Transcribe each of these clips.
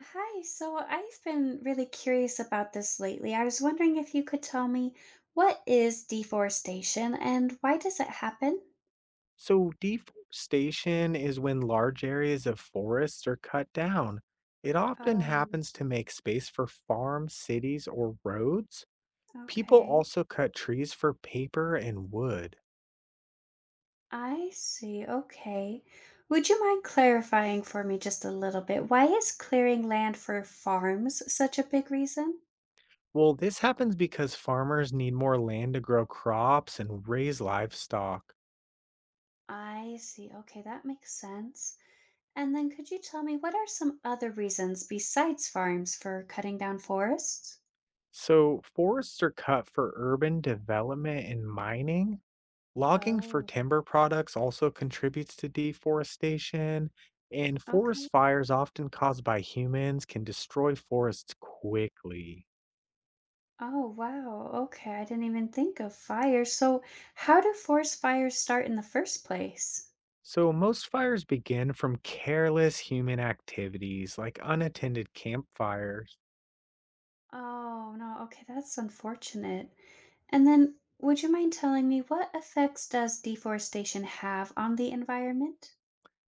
Hi, so I've been really curious about this lately. I was wondering if you could tell me what is deforestation and why does it happen? So, deforestation is when large areas of forests are cut down. It often Oh, happens to make space for farms, cities, or roads. People okay. also cut trees for paper and wood. I see. Okay. Would you mind clarifying for me just a little bit? Why is clearing land for farms such a big reason? Well, this happens because farmers need more land to grow crops and raise livestock. I see. Okay, that makes sense. And then could you tell me what are some other reasons besides farms for cutting down forests? So, forests are cut for urban development and mining. Logging for Oh, timber products also contributes to deforestation, and okay. forest fires, often caused by humans, can destroy forests quickly. Oh, wow. Okay, I didn't even think of fire. So, how do forest fires start in the first place? So, most fires begin from careless human activities like unattended campfires. Oh, no. Okay, that's unfortunate. And then, would you mind telling me what effects does deforestation have on the environment?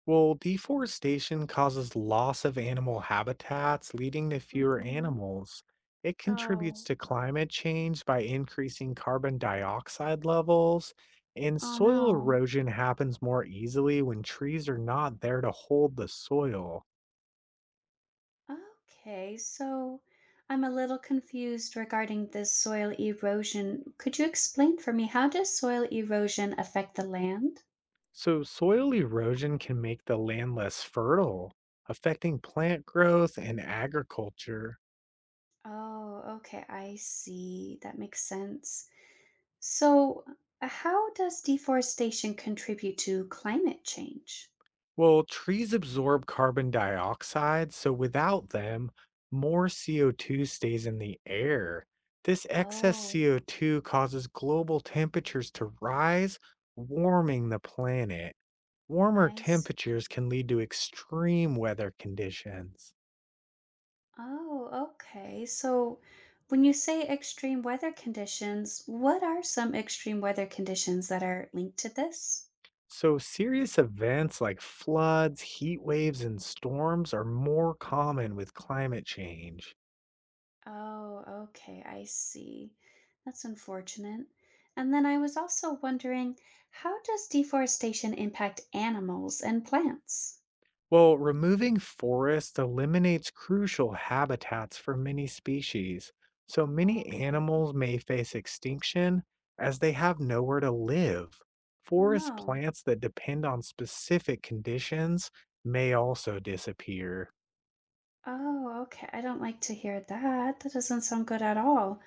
Well, deforestation causes loss of animal habitats, leading to fewer Hmm. animals. It contributes Oh, to climate change by increasing carbon dioxide levels, and oh soil no. erosion happens more easily when trees are not there to hold the soil. Okay, so I'm a little confused regarding this soil erosion. Could you explain for me how does soil erosion affect the land? So, soil erosion can make the land less fertile, affecting plant growth and agriculture. Oh, okay. I see. That makes sense. So, how does deforestation contribute to climate change? Well, trees absorb carbon dioxide, so without them, more CO2 stays in the air. This excess Oh, CO2 causes global temperatures to rise, warming the planet. Warmer I temperatures see. can lead to extreme weather conditions. Oh, okay. So, when you say extreme weather conditions, what are some extreme weather conditions that are linked to this? So, serious events like floods, heat waves, and storms are more common with climate change. Oh, okay. I see. That's unfortunate. And then I was also wondering, how does deforestation impact animals and plants? Well, removing forests eliminates crucial habitats for many species, so many Okay. animals may face extinction as they have nowhere to live. Oh Forest no. plants that depend on specific conditions may also disappear. Oh, okay. I don't like to hear that. That doesn't sound good at all.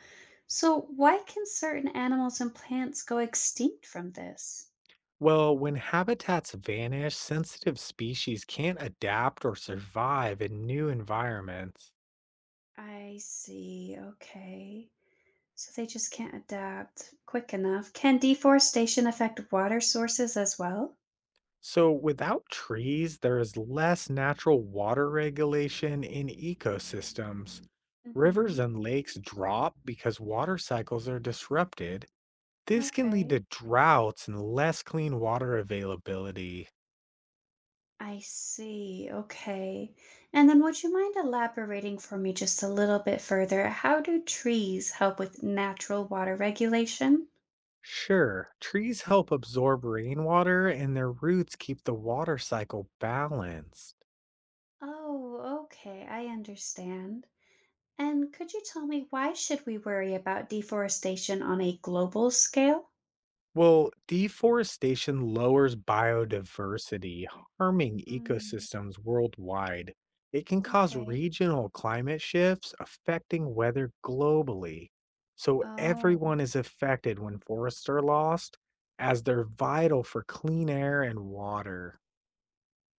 So, why can certain animals and plants go extinct from this? Well, when habitats vanish, sensitive species can't adapt or survive in new environments. I see. Okay. So they just can't adapt quick enough. Can deforestation affect water sources as well? So, without trees, there is less natural water regulation in ecosystems. Mm-hmm. Rivers and lakes drop because water cycles are disrupted. This can lead Okay. to droughts and less clean water availability. I see. Okay. And then would you mind elaborating for me just a little bit further? How do trees help with natural water regulation? Sure, trees help absorb rainwater and their roots keep the water cycle balanced. Oh, okay, I understand. And could you tell me why should we worry about deforestation on a global scale? Well, deforestation lowers biodiversity, harming Mm. ecosystems worldwide. It can cause Okay. regional climate shifts, affecting weather globally. So, Oh, everyone is affected when forests are lost, as they're vital for clean air and water.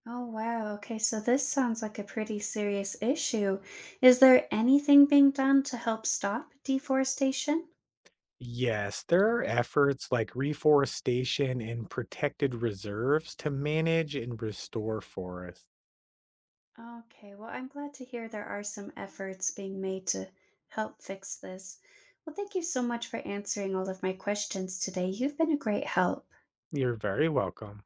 oh wow. Okay, so this sounds like a pretty serious issue. Is there anything being done to help stop deforestation? Yes, there are efforts like reforestation and protected reserves to manage and restore forests. Okay, well, I'm glad to hear there are some efforts being made to help fix this. Well, thank you so much for answering all of my questions today. You've been a great help. You're very welcome.